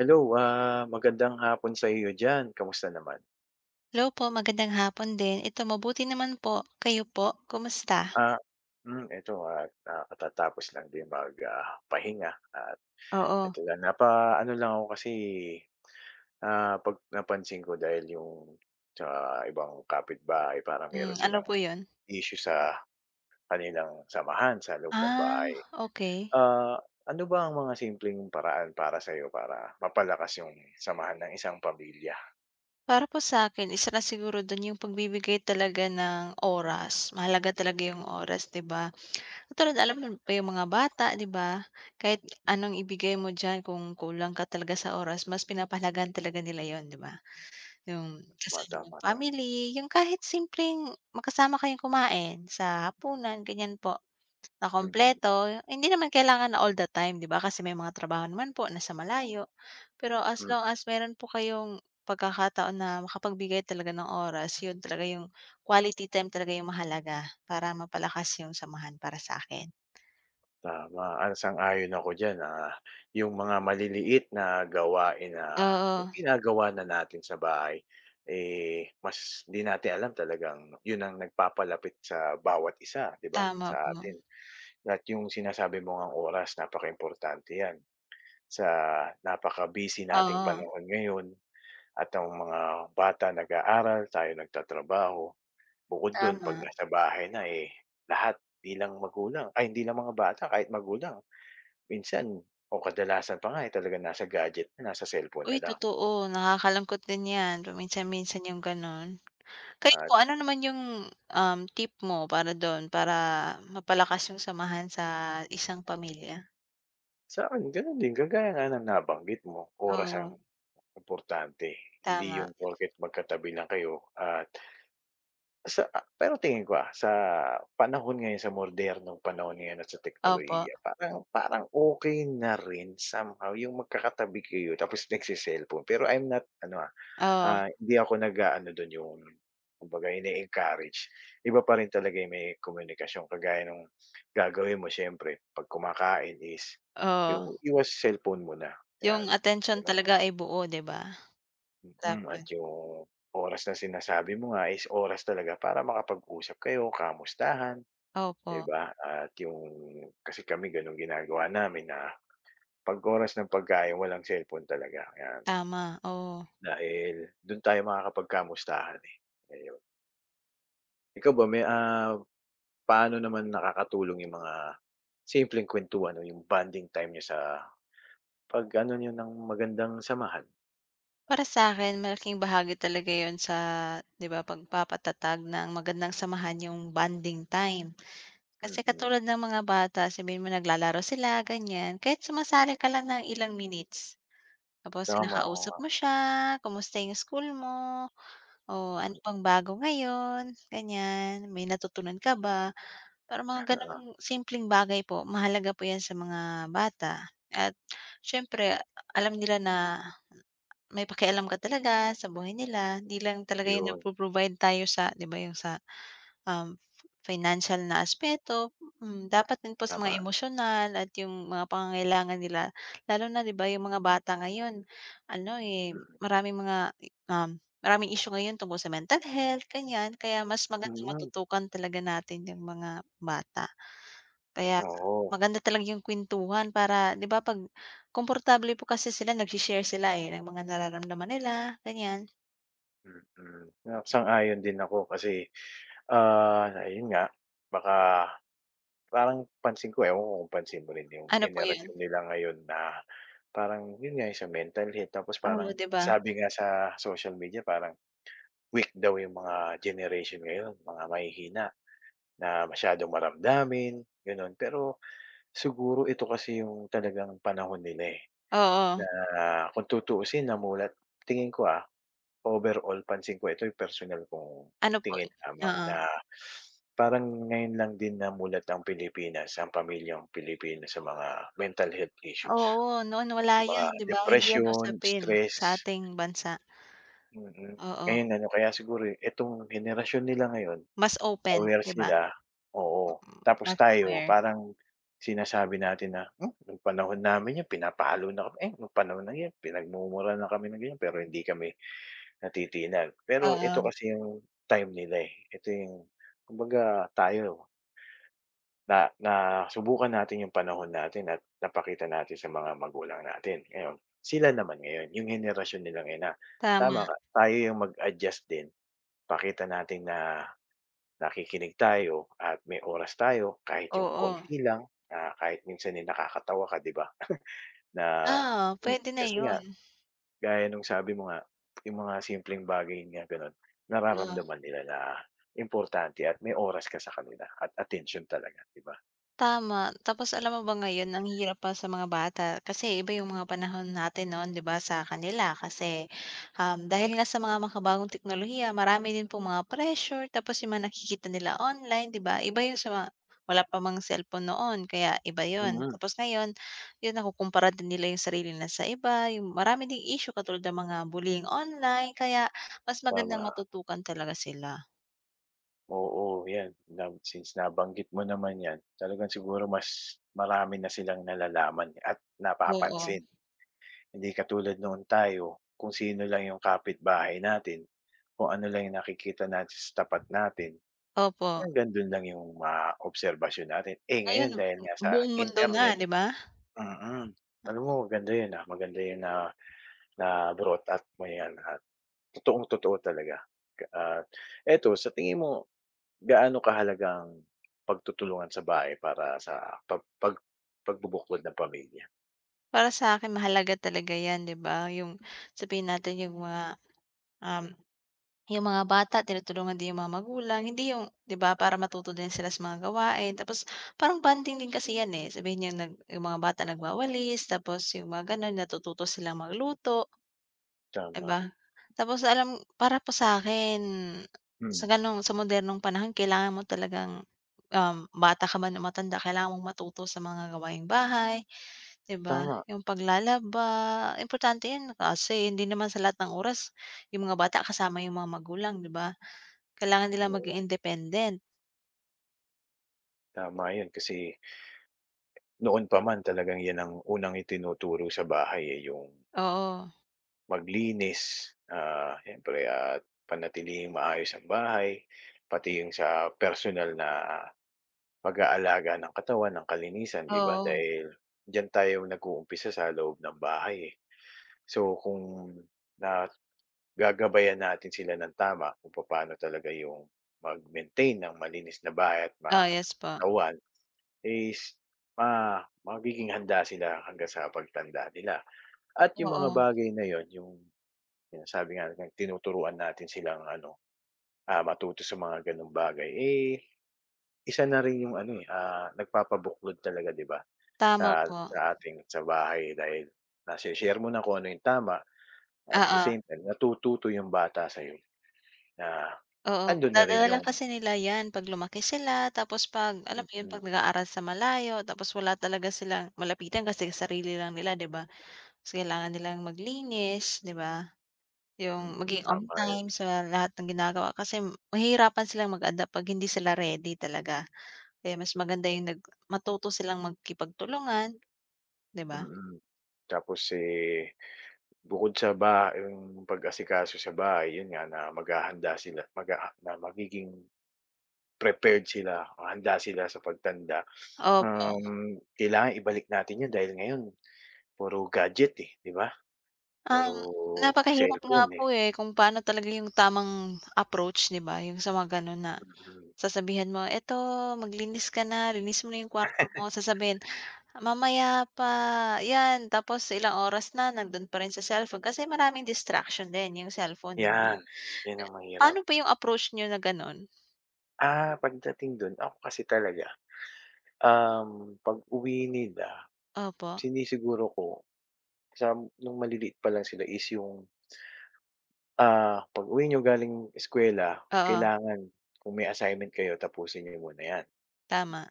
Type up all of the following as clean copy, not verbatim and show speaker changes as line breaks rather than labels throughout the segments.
Hello, magandang hapon sa iyo diyan, kamusta naman?
Hello po, magandang hapon din. Ito mabuti naman po. Kayo po, kumusta?
Ah, ito katatapos lang din mag, pahinga at
Oo,
ito lang napa, ano lang ako kasi, 'pag napansin ko dahil yung sa ibang kapitbahay parang meron
ano
silang
po 'yun?
issue sa kanilang samahan sa loob ng
Ah,
bahay.
okay.
Ah, ano ba ang mga simpleng paraan para sa iyo para mapalakas yung samahan ng isang pamilya?
Para po sa'kin isa na siguro dun yung pagbibigay talaga ng oras. Mahalaga talaga yung oras, 'di ba? Katulad
Hmm,
alam mo pa yung mga bata, 'di ba? Kahit anong ibigay mo diyan kung kulang ka talaga sa oras mas pinapahalagan talaga nila yon, 'di ba? Yung
oo,
kasama ng
tama.
family, yung kahit simpleng makasama kayong kumain sa hapunan, ganiyan po. Na
Mm.
kompleto hindi naman kailangan na all the time 'di ba, kasi may mga trabaho naman po na sa malayo. Pero as
Hmm.
long as meron po kayong pagkakataon na makapagbigay talaga ng oras, yun talaga yung quality time talaga yung mahalaga para mapalakas yung samahan para sa akin.
Tama, sang-ayon ako diyan, yung mga maliliit na gawain na
Oo,
ginagawa na natin sa bahay, eh, mas 'di natin alam talagang yun ang nagpapalapit sa bawat isa, 'di ba,
tama
sa
po.
atin. At yung sinasabi mo ngang oras napakaimportante 'yan sa napaka-busy nating
Oo,
panahon ngayon at ang mga bata nag-aaral, tayo nagtatrabaho. Bukod dun 'pag
tama.
nasa bahay na, eh, lahat 'di lang magulang ay hindi lang mga bata kahit magulang minsan o kadalasan pa nga, eh, talagang nasa gadget na, nasa cellphone na
Uy,
lang.
totoo nakakalungkot din 'yan paminsan-minsan yung gano'n. Kayo po
At
ano naman yung, tip mo para dun, para mapalakas yung samahan sa isang pamilya?
sa'kin gano'n din kagaya nga ng nabanggit mo, oras ang
Oo,
importante. Hindi
tama.
yung porket magkatabi lang kayo at sa a pero tingin ko, sa panahon ngayon, sa modernong panahon ngayon at sa
Opo,
teknolohiya parang parang okay na rin somehow yung magkakatabi kayo tapos pero I'm not ano,
oo,
Hindi ako nag-aano dun yung kumbaga ine-encourage. Iba pa rin talaga yung may komunikasyon kagaya nung gagawin mo siyempre 'pag kumakain is
oo.
yung iwas cellphone muna,
Yung
'yan, mga
atensyon
gano'n.
talaga ay buo, 'di ba?
Mm, at
Dapat.
yung oras na sinasabi mo nga is oras talaga para makapag-usap kayo, kamustahan,
Opo,
'di ba? At yung kasi kami gano'n ginagawa namin na 'pag oras ng pagkain walang cellphone talaga, 'yan.
tama, oo.
Dahil dun tayo makakapagkamustahan, eh, ayon. Ikaw ba may, paano naman nakakatulong yung mga simpleng kwentuhan o yung bonding time niyo sa pag-ano niyo ng magandang samahan?
Para sa akin malaking bahagi talaga yon sa, 'di ba, pagpapatatag ng magandang samahan yung bonding time. Kasi
Mm.
katulad ng mga bata, sabihin mo naglalaro sila, ganiyan, kahit sumasali ka lang ng ilang minutes. Tapos
Tama, oo
kinakausap
nga,
mo siya, kumusta yung school mo, o ano pang bago ngayon, ganyan, may natutunan ka ba? Parang mga
oo.
gano'ng simpleng bagay po, mahalaga po 'yan sa mga bata at siyempre alam nila na may pakialam ka talaga sa buhay nila, 'di lang talaga 'yung
Yun,
nagpo-provide tayo sa 'di ba 'yung sa. Um, Financial na aspeto, dapat din po sa
tama,
mga emosyonal at yung mga pangangailangan nila lalo na 'di ba yung mga bata ngayon ano, eh,
mm.
maraming mga, um, maraming issue ngayon tungkol sa mental health ganyan. Kaya mas maganda
Mm,
matutukan talaga natin yung mga bata. Kaya
oo,
maganda talaga yung kuwentuhan para 'di ba 'pag komportable po kasi sila nagse-share sila, eh, ng mga nararamdaman nila ganyan.
mm. Sang-ayon din ako kasi, ayun nga, baka parang pansin ko, ewan ko kung pansin mo rin yung
Ano po yun?
henerasyon nila ngayon na parang yun nga, yung sa mental health tapos
Oo,
parang
'di ba?
sabi nga sa social media parang weak daw yung mga generation ngayon, mga mahihina na masyadong maramdamin, gano'n. Pero siguro ito kasi yung talagang panahon nila, eh,
Oo,
na kung tutuusin namulat tingin ko, overall pansin ko ito yung personal kong
ano po
tingin lamang
oo.
na parang ngayon lang din namulat ang Pilipinas, ang pamilyang Pilipino sa mga mental health issues,
Oo, noon wala
yung mga
'yan, 'di ba? Hindi 'yan
depression,
usapin
stress,
sa ating bansa,
mm.
oo.
Ngayon ano, kaya siguro, eh, itong henerasyon nila ngayon
Mas open,
aware
'di ba?
sila, oo.
Mm,
Tapos
mas
tayo
aware,
parang sinasabi natin na, "Hmm, nung panahon namin 'yan pinapalo na kami, eh, nung panahon na 'yan pinagmumura na kami ng ganyan," pero hindi kami natitinag. Pero ito
oo,
kasi yung time nila, eh, ito yung kumbaga tayo na nasubukan natin yung panahon natin at napakita natin sa mga magulang natin. Ngayon, sila naman ngayon, yung henerasyon nila ngayon na
tama,
tama ka, tayo yung mag-adjust din, pakita natin na nakikinig tayo at may oras tayo kahit yung
oo.
konti lang, kahit minsan, eh, nakakatawa ka 'di ba? Na
Oo,
yun
puwede na
kasi nga
'yun,
gaya nung sabi mo nga, yung mga simpleng bagay nga gano'n
oo.
nararamdaman nila na importante at may oras ka sa kanila at attention talaga, 'di ba?
Tama. Tapos alam mo ba ngayon ang hirap pa sa mga bata kasi iba yung mga panahon natin noon 'di ba sa kanila kasi, dahil nga sa mga makabagong teknolohiya marami din po mga pressure tapos yung mga nakikita nila online 'di ba iba yung sa mga wala pa mang cellphone noon kaya iba yon.
Mm,
Tapos ngayon, yun nakukumpara din nila yung sarili nila sa iba, yung marami ding issue katulad ng mga bullying online kaya mas magandang
tama.
matutukan talaga sila.
Oo, 'yan na since nabanggit mo naman 'yan, talagang siguro mas marami na silang nalalaman at
Oo,
napapansin. Hindi katulad noon tayo kung sino lang yung kapitbahay natin, kung ano lang yung nakikita natin sa tapat natin,
opo.
hanggang do'n lang yung maobserbasyon natin. Eh,
Ngayon
ngayon dahil nga sa
buong mundo na
internet
'di ba?
mm. Alam mo maganda 'yun, maganda 'yun na na brought up mo 'yan at totoong-totoo talaga. At eto sa tingin mo, gaano kahalaga ang pagtutulungan sa bahay para sa pag pag pagbubuklod ng pamilya?
Para sa akin mahalaga talaga 'yan, 'di ba? Yung sabihin natin yung mga, um, yung mga bata tinutulungan din yung mga magulang, hindi yung 'di ba, para matuto din sila sa mga gawain tapos parang bonding din kasi 'yan, eh. Sabihin niyang yung mga bata nagwawalis tapos yung mga gano'n natututo silang magluto, 'di
Tama,
ba? Tapos alam para po sa akin sa
hmm,
gano'ng sa modernong panahon kailangan mo talagang, bata ka man o matanda kailangan mong matuto sa mga gawaing bahay, 'di ba,
tama,
yung paglalaba, importante 'yan kasi hindi naman sa lahat ng oras yung mga bata kasama yung mga magulang, 'di ba? Kailangan nilang
oo,
maging independent.
tama 'yun kasi noon pa man talagang 'yan ang unang itinuturo sa bahay, eh, yung
Oo,
maglinis, siyempre at panatiling maayos ang bahay, pati yung sa personal na pag-aalaga ng katawan, ng kalinisan, 'di ba?
oo.
Dahil diyan tayo nag-uumpisa sa loob ng bahay, eh. So, kung na gagabayan natin sila ng tama kung paano talaga yung mag-maintain ng malinis na bahay at
Ah yes po.
katawan is magiging handa sila hanggang sa pagtanda nila. At yung mga
Oo,
bagay na yon yung sabi nga natin tinuturuan natin silang ano, matuto sa mga gano'ng bagay, eh, isa na rin yung ano, eh, nagpapabuklod talaga 'di ba sa
tama po.
sa ating sa bahay dahil nashi-share mo na kung ano yung tama at the
Oo,
same time natututo yung bata sa'yo na
oo.
andun na rin
Madadala
yung
kasi nila 'yan 'pag lumaki sila tapos 'pag alam mo 'yun,
mm.
'pag nag-aaral sa malayo tapos wala talaga silang malapitan kasi sarili lang nila, 'di ba? Tapos kailangan nilang maglinis, 'di ba? Yung
Mm,
maging on
tama yan,
time sa lahat ng ginagawa kasi mahihirapan silang mag-adapt 'pag hindi sila ready talaga. Kaya mas maganda yung matuto silang magkipagtulungan, 'di ba?
mm. Tapos, eh, bukod sa ba yung pag-asikaso sa bahay, yun nga na maghahanda sila na magiging prepared sila, handa sila sa pagtanda.
Opo.
Kailangan ibalik natin yun dahil ngayon puro gadget, eh, 'di ba?
Um,
Puro
Napakahirap nga
cellphone,
po,
eh,
eh, kung paano talaga yung tamang approach, 'di ba? Yung sa mga gano'n na
mm.
sasabihan mo, "Eto maglinis ka na, linis mo na yung kwarto mo." Sasabihin, "Mamaya pa 'yan." Tapos ilang oras na nando'n pa rin sa cellphone kasi maraming distraction din yung cellphone, 'di.
'Yan, 'yan ang
Paano
mahirap.
ba yung approach niyo na gano'n?
Pagdating dun ako kasi talaga, pag-uwi nila
Opo,
sinisiguro ko kasam nung maliliit pa lang sila is yung, pag-uwi niyo galing eskuwela
oo,
kailangan kung may assignment kayo tapusin niyo muna 'yan,
tama.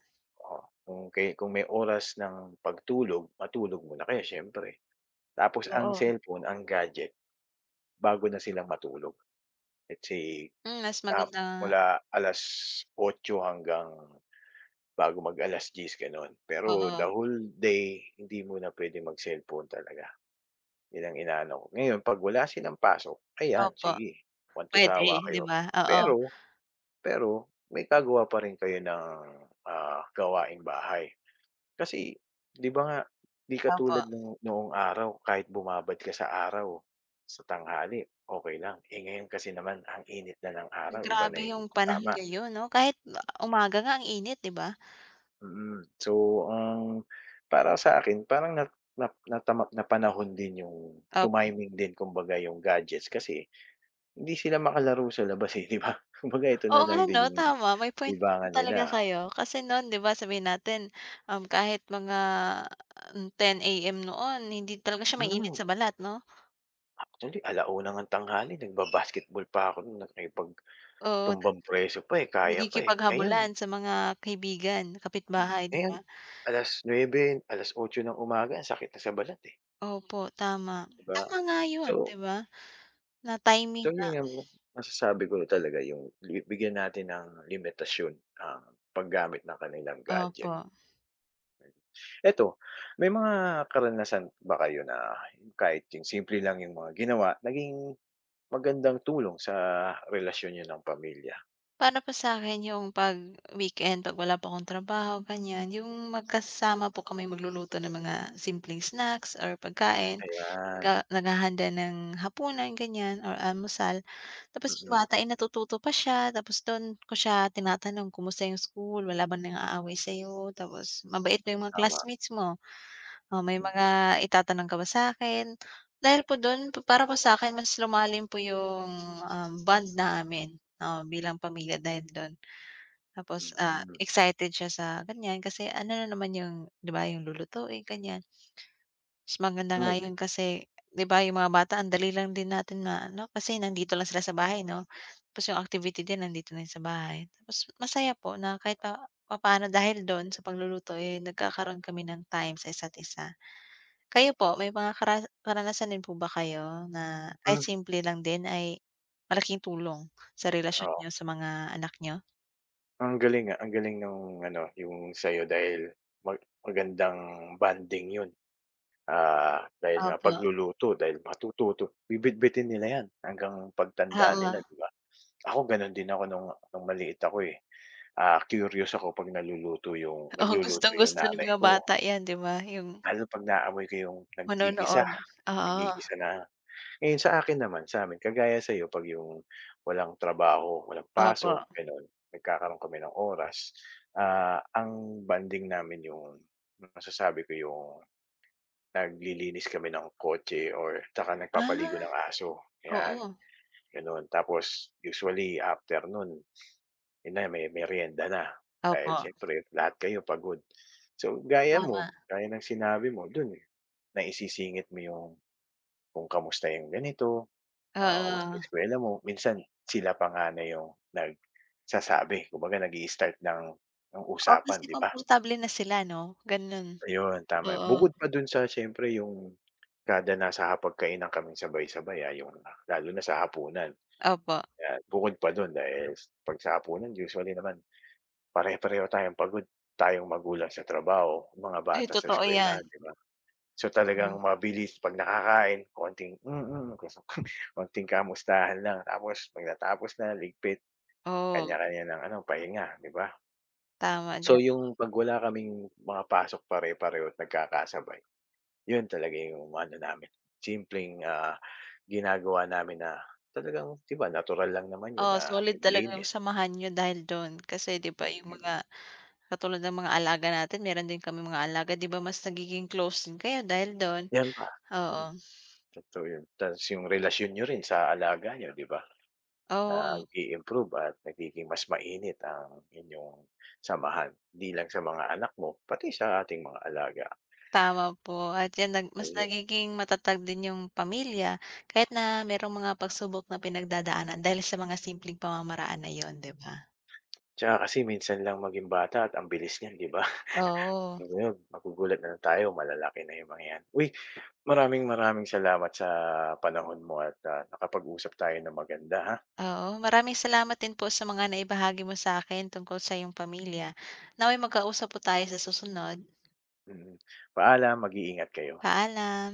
oo. Kung kung may oras ng pagtulog, matulog muna kayo siyempre. Tapos ang
Oo.
cellphone, ang gadget bago na sila matulog. Let's say,
Hmm, mas
ah,
maganda nga,
mula 8:00 hanggang bago mag 10:00 gano'n. Pero the
oo,
whole day hindi muna puwedeng mag-cellphone talaga. Yun ang inaano ko. Ngayon 'pag wala silang pasok, ayan
opo,
sige,
puwede,
kwantusawa
'di
kayo.
ba? Oo,
Pero pero may kagawa pa rin kayo ng, gawaing bahay. Kasi 'di ba nga, 'di
opo.
katulad nung noong araw kahit bumabad ka sa araw, sa tanghali, okay lang. Eh, ngayon kasi naman ang init na ng araw, iba na
Grabe
yung
yung panahon
tama,
ngayon 'no, kahit umaga nga ang init, 'di ba?
mm. So, ang para sa akin parang natama napanahon din yung
Opo.
tumiming din kumbaga yung gadgets kasi hindi sila makalaro sa labas, eh, 'di ba? Kumbaga ito
Oo
na lang
nga 'no,
din yung
tama may point po
libangan
talaga
nila.
kayo kasi no'n 'di ba sabihin natin, kahit mga 10 AM noon hindi talaga siya mainit
Mm,
sa balat 'no?
actually 1:00 ng tanghali nagba-basketball pa ako no'n, nakipagtumbang
Oo,
preso pa, eh, kaya pa, eh. Ngayon
nagkikipaghabulan sa mga kaibigan,
hmm,
kapitbahay, 'di
ngayon
ba?
alas 8:00 ng umaga ang sakit na sa balat, eh,
Opo, tama.
'di ba?
Tama nga yun, 'di
So
ba? Na
so
timing nga,
yun nga masasabi ko talaga yung bigyan natin ng limitasyon ang paggamit ng kanilang gadget.
opo.
Eto, may mga karanasan ba kayo na kahit yung simple lang yung mga ginawa, naging magandang tulong sa relasyon niyo ng pamilya?
Para po sa'kin yung 'pag weekend, 'pag wala pa akong trabaho ganyan, yung magkasama po kami magluluto ng mga simpleng snacks or pagkain,
Ayan,
naghahanda ng hapunan ganyan or almusal. Tapos yung
mm,
bata ay natututo pa siya, tapos dun ko siya tinatanong, "Kumusta yung school, wala bang nang-aaway sa'yo?" Tapos, "Mabait ba yung mga
tama,
classmates mo?" Oh, may
mm,
mga itatanong ka ba sa akin. Dahil po dun pa para po sa akin mas lumalim po yung, bond namin, oo, bilang pamilya dahil dun. Tapos,
mm.
excited siya sa ganyan kasi ano na naman yung 'di ba, yung lulutuin ganyan. Mas maganda nga
Hmm,
yun kasi 'di ba, yung mga bata ang dali lang din natin maano kasi nandito lang sila sa bahay 'no. Tapos yung activity din nandito na yun sa bahay. Tapos masaya po na kahit pa papaano dahil dun sa pagluluto, eh, nagkakaroon kami ng time sa isa't isa. Kayo po, may mga karanasan din po ba kayo na kahit
hmm,
simple lang din ay malaking tulong sa relasyon
oo.
niyo sa mga anak niyo?
Ang galing, ang galing nung ano, yung sa'yo dahil magandang bonding yun. Dahil nga
Opo,
pagluluto, dahil matututo bibitbitin nila yan hanggang pagtanda
oo.
nila, 'di ba? Ako gano'n din ako nung maliit ako, eh. Curious ako 'pag naluluto yung
Oo,
nagluluto yung
gustong-gusto ng
nanay
mga
ko,
bata 'yan, 'di ba, yung
lalo 'pag naamoy ko yung naggigisa,
manonood. Oo,
naggigisa na. Ngayon sa akin naman, sa'min kagaya sa'yo 'pag yung walang trabaho, walang
opo.
pasok, gano'n, nagkakaroon kami ng oras, ang bonding namin yung masasabi ko yung naglilinis kami ng kotse or 'tsaka nagpapaligo
Ah,
ng aso, 'yan,
oo.
gano'n. Tapos usually after no'n yun na, may merienda na dahil
Opo,
siyempre lahat kayo pagod. So, gaya mo,
tama.
gaya ng sinabi mo dun, eh, naisisingit mo yung kung kamusta yung ganito, kamusta yung
Oo.
eskuwela mo. Minsan sila pa nga na yung nagsasabi, kumbaga nag-i-start ng
Oo, kasi
usapan, 'di ba?
komportable na sila 'no, gano'n.
Ayun, tama.
Oo,
Bukod pa dun sa siyempre yung kada nasa hapagkainan kaming sabay-sabay, yung lalo na sa hapunan.
opo.
Yan, bukod pa dun dahil 'pag sa hapunan usually naman pare-pareho tayong pagod, tayong magulang sa trabaho, mga
Ay,
bata sa
totoo 'yan.
eskuwelahan, 'di ba? So,
Oo,
talagang mabilis 'pag nakakain konting, "Mm." Konting kamustahan lang tapos 'pag natapos na ligpit,
oo,
kanya-kanya ng ano, pahinga, 'di ba?
tama.
So, yung 'pag wala kaming mga pasok pare-pareho at nagkakasabay, yun talaga yung ano namin, simpleng, ginagawa namin na talagang 'di ba natural lang naman yun
Oo,
na
solid talaga yung
maglinis,
samahan niyo dahil do'n. Kasi 'di ba yung
mm.
mga katulad ng mga alaga natin meron din kaming mga alaga 'di ba mas nagiging close din kayo dahil do'n?
Yan pa,
Oo.
mm. Totoo yun, ta's yung relasyon niyo rin sa alaga nyo 'di ba,
Oo,
nag-i-improve at nagiging mas mainit ang inyong samahan, di lang sa mga anak mo, pati sa ating mga alaga,
tama po at 'yan mas
ayun.
nagiging matatag din yung pamilya kahit na merong mga pagsubok na pinagdadaanan dahil sa mga simpleng pamamaraan na 'yon 'di ba?
Tsaka kasi minsan lang maging bata at ang bilis niyan, 'di ba?
Oo,
Ngayon magugulat na tayo malalaki na yung mga 'yan. Uy, maraming maraming salamat sa panahon mo at, nakapag-usap tayo ng maganda, ha.
oo. Maraming salamat din po sa mga naibahagi mo sa'kin tungkol sa iyong pamilya. Nawa'y magkausap po tayo sa susunod.
Mm, paalam, mag-iingat kayo.
Paalam.